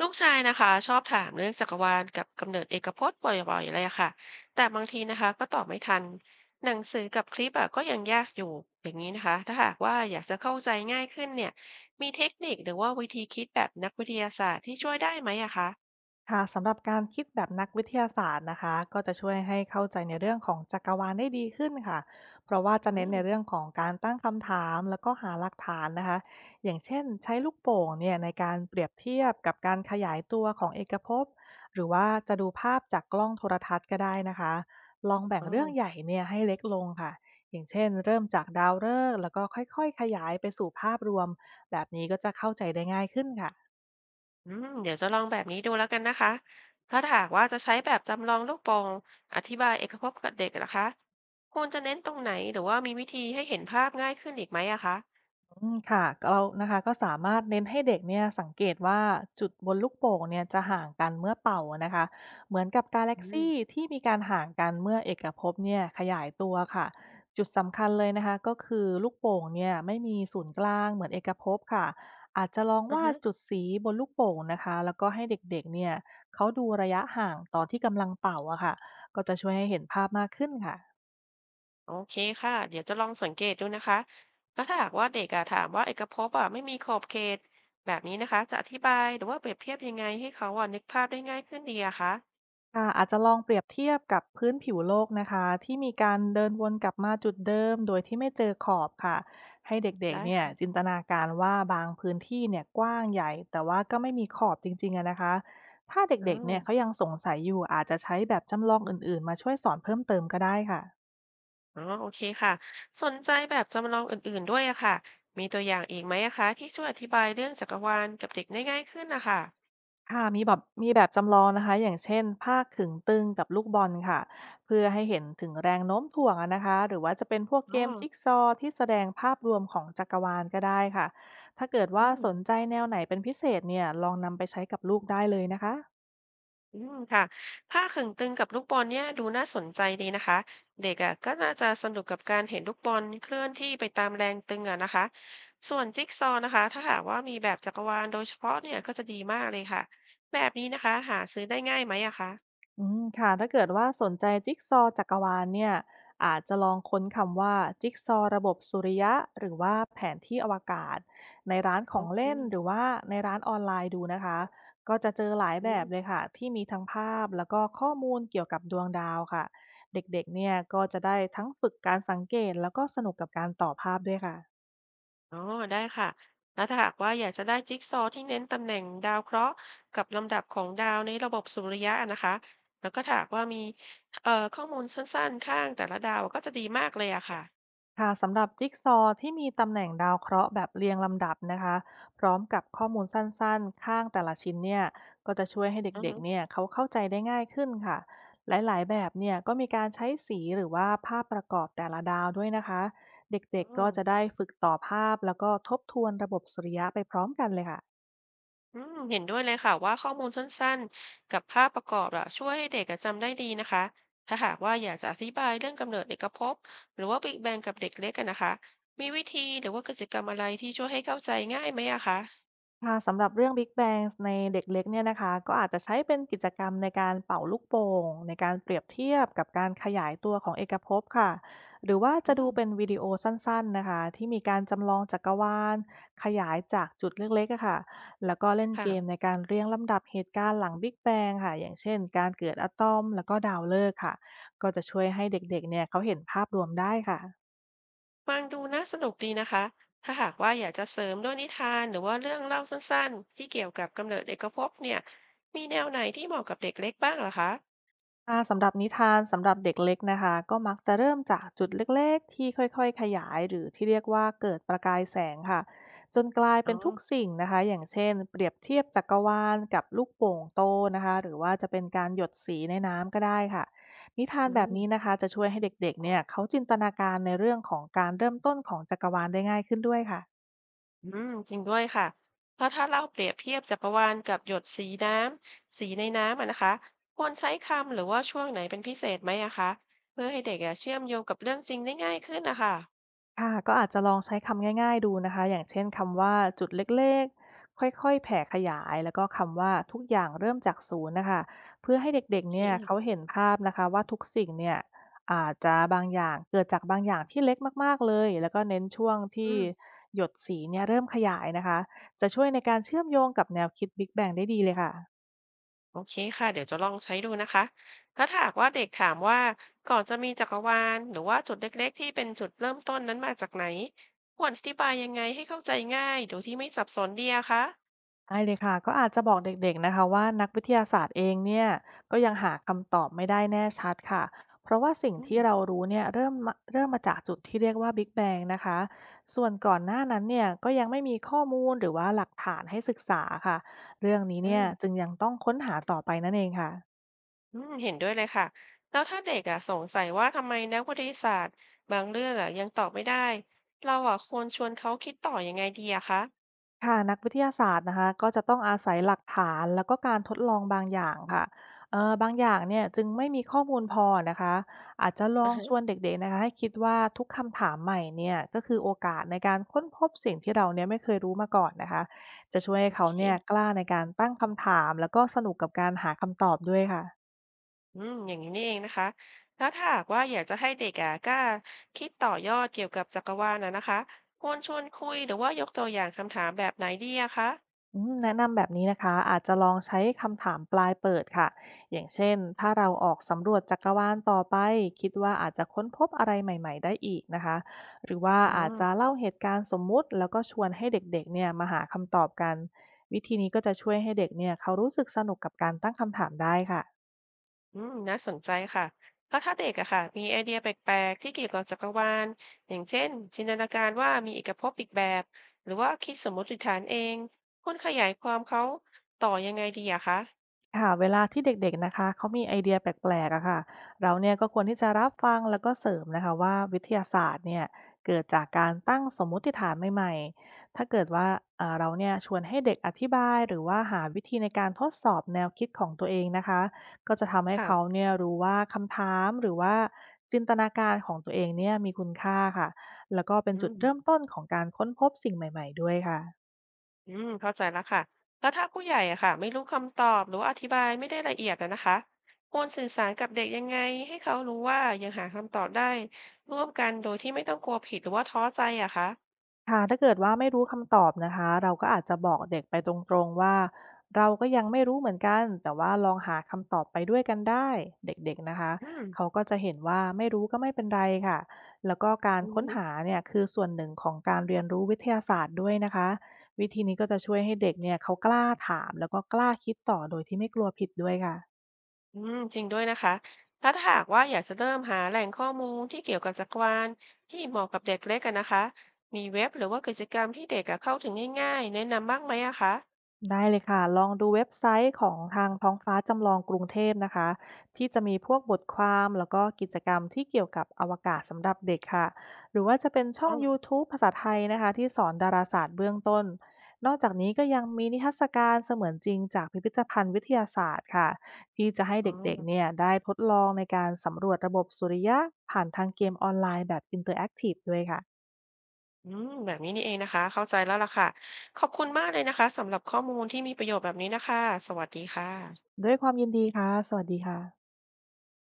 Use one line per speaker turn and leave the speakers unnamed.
ลูกชายนะคะชอบถามเรื่องจักรวาลกับกำเนิดเอกภพจน์บ่อยๆเลยอะค่ะแต่บางทีนะคะก็ตอบไม่ทันหนังสือกับคลิปอะก็ยังยากอยู่อย่างนี้นะคะถ้าหากว่าอยากจะเข้าใจง่ายขึ้นเนี่ยมีเทคนิคหรือว่าวิธีคิดแบบนักวิทยาศาสตร์ที่ช่วยได้ไหมอะคะ
ค่ะสำหรับการคิดแบบนักวิทยาศาสตร์นะคะก็จะช่วยให้เข้าใจในเรื่องของจักรวาลได้ดีขึ้นค่ะเพราะว่าจะ
อื
เน้น
ม
ในเรื่องของการตั้งคำถามแล้วก็หาหลักฐานนะคะอย่างเช่นใช้ลูกโป่งเนี่ยในการเปรียบเทียบกับการขยายตัวของเอกภพหรือว่าจะดูภาพจากกล้องโทรทัศน์ก็ได้นะคะลองแบ่
อ๋
ง
อ
เรื่องใหญ่เนี่ยให้เล็กลงค่ะอย่างเช่นเริ่มจากดาวฤกษ์แล้วก็ค่อยๆขยายไปสู่ภาพรวมแบบนี้ก็จะเข้าใจได้ง่ายขึ้นค่ะ
อืมเดี๋ยวจะลองแบบนี้ดูแล้วกันนะคะถ้าหากว่าจะใช้แบบจำลองลูกโป่งอธิบายเอกภพกับเด็กนะคะควรจะเน้นตรงไหนหรือว่ามีวิธีให้เห็นภาพง่ายขึ้นอีกไหมอะคะ
อืมค่ะเรานะคะก็สามารถเน้นให้เด็กเนี่ยสังเกตว่าจุดบนลูกโป่งเนี่ยจะห่างกันเมื่อเป่านะคะเหมือนกับกาแล็
อื
ก
ม
ซี่ที่มีการห่างกันเมื่อเอกภพเนี่ยขยายตัวค่ะจุดสำคัญเลยนะคะก็คือลูกโป่งเนี่ยไม่มีศูนย์กลางเหมือนเอกภพค่ะอาจจะลอง
อือ
วาด
ฮะ
จุดสีบนลูกโป่งนะคะแล้วก็ให้เด็กๆเนี่ยเขาดูระยะห่างตอนที่กำลังเป่าอะค่ะก็จะช่วยให้เห็นภาพมากขึ้นค่ะ
โอเคค่ะเดี๋ยวจะลองสังเกตดูนะคะแล้วถ้าหากว่าเด็กอะถามว่าเอกภพอะไม่มีขอบเขตแบบนี้นะคะจะอธิบายหรือว่าเปรียบเทียบยังไงให้เขาอะนึกภาพได้ง่ายขึ้นดีอะคะ
ค่ะอาจจะลองเปรียบเทียบกับพื้นผิวโลกนะคะที่มีการเดินวนกลับมาจุดเดิมโดยที่ไม่เจอขอบค่ะให้เด็ก
ได้
ๆเนี่ย
ค่ะ
จินตนาการว่าบางพื้นที่เนี่ยกว้างใหญ่แต่ว่าก็ไม่มีขอบจริงๆอะนะคะถ้า
อ๋อ
เด็กๆเนี่ยเขายังสงสัยอยู่อาจจะใช้แบบจำลองอื่นๆมาช่วยสอนเพิ่มเติมก็ได้ค่ะ
อ๋อโอเคค่ะสนใจแบบจำลองอื่นๆด้วยอะค่ะมีตัวอย่างอีกไหมอะคะที่ช่วยอธิบายเรื่องจักรวาลกับเด็กได้ง่ายขึ้นนะคะ
ค่ะมีแบบจำลองนะคะอย่างเช่นผ้าขึงตึงกับลูกบอลค่ะเพื่อให้เห็นถึงแรงโน้มถ่วงอะนะคะหรือว่าจะเป็นพวก
อ๋
เก
อ
มจิ๊กซอว์ที่แสดงภาพรวมของจักรวาลก็ได้ค่ะถ้าเกิด
อื
ว่า
ม
สนใจแนวไหนเป็นพิเศษเนี่ยลองนำไปใช้กับลูกได้เลยนะคะ
อืมค่ะผ้าขึงตึงกับลูกบอลเนี่ยดูน่าสนใจดีนะคะเด็กอ่ะก็น่าจะสนุกกับการเห็นลูกบอลเคลื่อนที่ไปตามแรงตึงอ่ะนะคะส่วนจิ๊กซอว์นะคะถ้าหากว่ามีแบบจักรวาลโดยเฉพาะเนี่ยก็จะดีมากเลยค่ะแบบนี้นะคะหาซื้อได้ง่ายไหมอะคะ
อืมค่ะถ้าเกิดว่าสนใจจิ๊กซอว์จักรวาลเนี่ยอาจจะลองค้นคำว่าจิ๊กซอว์ระบบสุริยะหรือว่าแผนที่อวกาศในร้านข
โอ
อง
เค
เล่นหรือว่าในร้านออนไลน์ดูนะคะก็จะเจอหลาย
อื
แบบ
ม
เลยค่ะที่มีทั้งภาพแล้วก็ข้อมูลเกี่ยวกับดวงดาวค่ะเด็กๆเนี่ยก็จะได้ทั้งฝึกการสังเกตแล้วก็สนุกกับการต่อภาพด้วยค่ะ
อ๋อได้ค่ะแล้วถ้าหากว่าอยากจะได้จิ๊กซอว์ที่เน้นตำแหน่งดาวเคราะห์กับลำดับของดาวในระบบสุริยะอะนะคะแล้วก็ถ้าหากว่ามีข้อมูลสั้นๆข้างแต่ละดาวก็จะดีมากเลยอะค่ะ
ค่ะสำหรับจิ๊กซอว์ที่มีตำแหน่งดาวเคราะห์แบบเรียงลำดับนะคะพร้อมกับข้อมูลสั้นๆข้างแต่ละชิ้นเนี่ยก็จะช่วยให้
อือ
เด็
ฮึ
กๆเนี่ยเขาเข้าใจได้ง่ายขึ้นค่ะหลายๆแบบเนี่ยก็มีการใช้สีหรือว่าภาพประกอบแต่ละดาวด้วยนะคะเด
อ๋
็
อ
กๆก็จะได้ฝึกต่อภาพแล้วก็ทบทวนระบบสุริยะไปพร้อมกันเลยค่ะ
อืมเห็นด้วยเลยค่ะว่าข้อมูลสั้นๆกับภาพประกอบอะช่วยให้เด็กอะจำได้ดีนะคะถ้าหากว่าอยากจะอธิบายเรื่องกำเนิดเอกภพหรือว่า Big Bang กับเด็กเล็กอะนะคะมีวิธีหรือว่ากิจกรรมอะไรที่ช่วยให้เข้าใจง่ายไหมอะคะ
ค่ะสำหรับเรื่อง Big Bang ในเด็กเล็กเนี่ยนะคะก็อาจจะใช้เป็นกิจกรรมในการเป่าลูกโป่งในการเปรียบเทียบกับการขยายตัวของเอกภพค่ะหรือว่า
อื
จะดู
ม
เป็นวิดีโอสั้นๆนะคะที่มีการจำลองจักรวาลขยายจากจุดเล็กๆอะค่ะแล้วก็เล่นเกม
ค่ะ
ในการเรียงลำดับเหตุการณ์หลัง Big Bang ค่ะอย่างเช่นการเกิดอะตอมแล้วก็ดาวฤกษ์ค่ะก็จะช่วยให้เด็กๆเนี่ยเขาเห็นภาพรวมได้ค่ะ
ฟังดูน่าสนุกดีนะคะถ้าหากว่าอยากจะเสริมด้วยนิทานหรือว่าเรื่องเล่าสั้นๆที่เกี่ยวกับกำเนิดเอกภพเนี่ยมีแนวไหนที่เหมาะกับเด็กเล็กบ้างเหรอคะ
ค่ะสำหรับนิทานสำหรับเด็กเล็กนะคะก็มักจะเริ่มจากจุดเล็กๆที่ค่อยๆขยายหรือที่เรียกว่าเกิดประกายแสงค่ะจนกลาย
อ๋อ
เป็นทุกสิ่งนะคะอย่างเช่นเปรียบเทียบจักรวาลกับลูกโป่งโตนะคะหรือว่าจะเป็นการหยดสีในน้ำก็ได้ค่ะนิทาน
อื
แบบนี้
ม
นะคะจะช่วยให้เด็กๆเนี่ยเขาจินตนาการในเรื่องของการเริ่มต้นของจักรวาลได้ง่ายขึ้นด้วยค่ะ
อืมจริงด้วยค่ะเพราะถ้าเราเปรียบเทียบจักรวาลกับหยดสีน้ำสีในน้ำอะนะคะควรใช้คำหรือว่าช่วงไหนเป็นพิเศษไหมอะคะเพื่อให้เด็กอะเชื่อมโยงกับเรื่องจริงได้ง่ายขึ้นนะคะ
ค่ะก็อาจจะลองใช้คำง่ายๆดูนะคะอย่างเช่นคำว่าจุดเล็กๆค่อยๆแผ่ขยายแล้วก็คำว่าทุกอย่างเริ่มจากศูนย์นะคะเพื่อให้เด็
โอ
กๆ
เค
เนี่ยเขาเห็นภาพนะคะว่าทุกสิ่งเนี่ยอาจจะบางอย่างเกิดจากบางอย่างที่เล็กมากๆเลยแล้วก็เน้นช่วงที่
อืม
หยดสีเนี่ยเริ่มขยายนะคะจะช่วยในการเชื่อมโยงกับแนวคิด Big Bang ได้ดีเลยค่ะ
โอเคค่ะเดี๋ยวจะลองใช้ดูนะคะถ้าหากว่าเด็กถามว่าก่อนจะมีจักรวาลหรือว่าจุดเล็กๆที่เป็นจุดเริ่มต้นนั้นมาจากไหนควรอธิบายยังไงให้เข้าใจง่ายโดยที่ไม่สับสนดีอะคะ
ได้เลยค่ะก็อาจจะบอกเด็กๆนะคะว่านักวิทยาศาสตร์เองเนี่ยก็ยังหาคำตอบไม่ได้แน่ชัดค่ะเพราะว่าสิ่ง
อืม
ที่เรารู้เนี่ยเริ่มมาจากจุดที่เรียกว่า Big Bang นะคะส่วนก่อนหน้านั้นเนี่ยก็ยังไม่มีข้อมูลหรือว่าหลักฐานให้ศึกษาค่ะเรื่องนี้
อื
เนี่ยจึ
ม
งยังต้องค้นหาต่อไปนั่นเองค่ะ
อืมเห็นด้วยเลยค่ะแล้วถ้าเด็กอะสงสัยว่าทำไมนักวิทยาศาสตร์บางเรื่องอะยังตอบไม่ได้เราอะควรชวนเขาคิดต่อยังไงดีอะคะ
ค่ะนักวิทยาศาสตร์นะคะก็จะต้องอาศัยหลักฐานแล้วก็การทดลองบางอย่างค่ะบางอย่างเนี่ยจึงไม่มีข้อมูลพอนะคะอาจจะลอ
อ่า
ง
ฮะ
ชวนเด็กๆนะคะให้คิดว่าทุกคำถามใหม่เนี่ยก็คือโอกาสในการค้นพบสิ่งที่เราเนี่ยไม่เคยรู้มาก่อนนะคะจะช่วยให้
โอ
เขา
เค
เนี่ยกล้าในการตั้งคำถามแล้วก็สนุกกับการหาคำตอบด้วยค่ะ
อืมอย่างนี้นี่เองนะคะแล้วถ้าหากว่าอยากจะให้เด็กอะกล้าคิดต่อยอดเกี่ยวกับจักรวาลนะนะคะควรชวนคุยหรือว่ายกตัวอย่างคำถามแบบไหนดีอะคะ
อืมแนะนำแบบนี้นะคะอาจจะลองใช้คำถามปลายเปิดค่ะอย่างเช่นถ้าเราออกสำรวจจักรวาลต่อไปคิดว่าอาจจะค้นพบอะไรใหม่ๆได้อีกนะคะหรือว่า
อ๋อ
อาจจะเล่าเหตุการณ์สมมุติแล้วก็ชวนให้เด็กๆเนี่ยมาหาคำตอบกันวิธีนี้ก็จะช่วยให้เด็กเนี่ยเขารู้สึกสนุกกับการตั้งคำถามได้ค่ะ
อืมน่าสนใจค่ะแล้วถ้าเด็กอะค่ะมีไอเดียแปลกๆที่เกี่ยวกับจักรวาลอย่างเช่นจินตนาการว่ามีเอกภพอีกแบบหรือว่าคิดสมมติฐานเองคุณขยายความเขาต่อยังไงดีอะคะ
ค่ะเวลาที่เด็กๆนะคะเขามีไอเดียแปลกๆอะค่ะเราเนี่ยก็ควรที่จะรับฟังแล้วก็เสริมนะคะว่าวิทยาศาสตร์เนี่ยเกิดจากการตั้งสมมุติฐานใหม่ๆถ้าเกิดว่าเราเนี่ยชวนให้เด็กอธิบายหรือว่าหาวิธีในการทดสอบแนวคิดของตัวเองนะคะก็จะทำให้เขา
ค่ะ
เนี่ยรู้ว่าคำถามหรือว่าจินตนาการของตัวเองเนี่ยมีคุณค่าค่ะแล้วก็เป็น
อื
จุ
ม
ดเริ่มต้นของการค้นพบสิ่งใหม่ๆด้วยค่ะ
อืมเข้าใจแล้วค่ะแล้วถ้าผู้ใหญ่อะค่ะไม่รู้คำตอบหรือว่าอธิบายไม่ได้ละเอียดอะนะคะควรสื่อสารกับเด็กยังไงให้เขารู้ว่ายังหาคำตอบได้ร่วมกันโดยที่ไม่ต้องกลัวผิดหรือว่าท้อใจอะคะ
ค่ะถ้าเกิดว่าไม่รู้คำตอบนะคะเราก็อาจจะบอกเด็กไปตรงๆว่าเราก็ยังไม่รู้เหมือนกันแต่ว่าลองหาคำตอบไปด้วยกันได้เด็กๆนะคะ
อืม
เขาก็จะเห็นว่าไม่รู้ก็ไม่เป็นไรค่ะแล้วก็การค้นหาเนี่ยคือส่วนหนึ่งของการเรียนรู้วิทยาศาสตร์ด้วยนะคะวิธีนี้ก็จะช่วยให้เด็กเนี่ยเขากล้าถามแล้วก็กล้าคิดต่อโดยที่ไม่กลัวผิดด้วยค่ะ
อืมจริงด้วยนะคะถ้าหากว่าอยากจะเริ่มหาแหล่งข้อมูลที่เกี่ยวกับจักรวาลที่เหมาะกับเด็กเล็กกันนะคะ มีเว็บหรือว่ากิจกรรมที่เด็กอะเข้าถึงง่ายๆแนะนำบ้างไหมอะคะ
ได้เลยค่ะ ลองดูเว็บไซต์ของทางท้องฟ้าจำลองกรุงเทพนะคะที่จะมีพวกบทความแล้วก็กิจกรรมที่เกี่ยวกับอวกาศสำหรับเด็กค่ะหรือว่าจะเป็นช่อ
อ๋
ง
อ
YouTube ภาษาไทยนะคะที่สอนดาราศาสตร์เบื้องต้นนอกจากนี้ก็ยังมีนิทรรศการเสมือนจริงจากพิพิธภัณฑ์วิทยาศาสตร์ค่ะที่จะให้
อ๋
เ
อ
ด็กๆเนี่ยได้ทดลองในการสำรวจระบบสุริยะผ่านทางเกมออนไลน์แบบอินเตอร์แอคทีฟด้วยค่ะ
อืมแบบนี้นี่เองนะคะเข้าใจแล้วล่ะค่ะขอบคุณมากเลยนะคะสำหรับข้อมูลที่มีประโยชน์แบบนี้นะคะสวัสดีค่ะ
ด้วยความยินดีค่ะสวัสดีค่ะ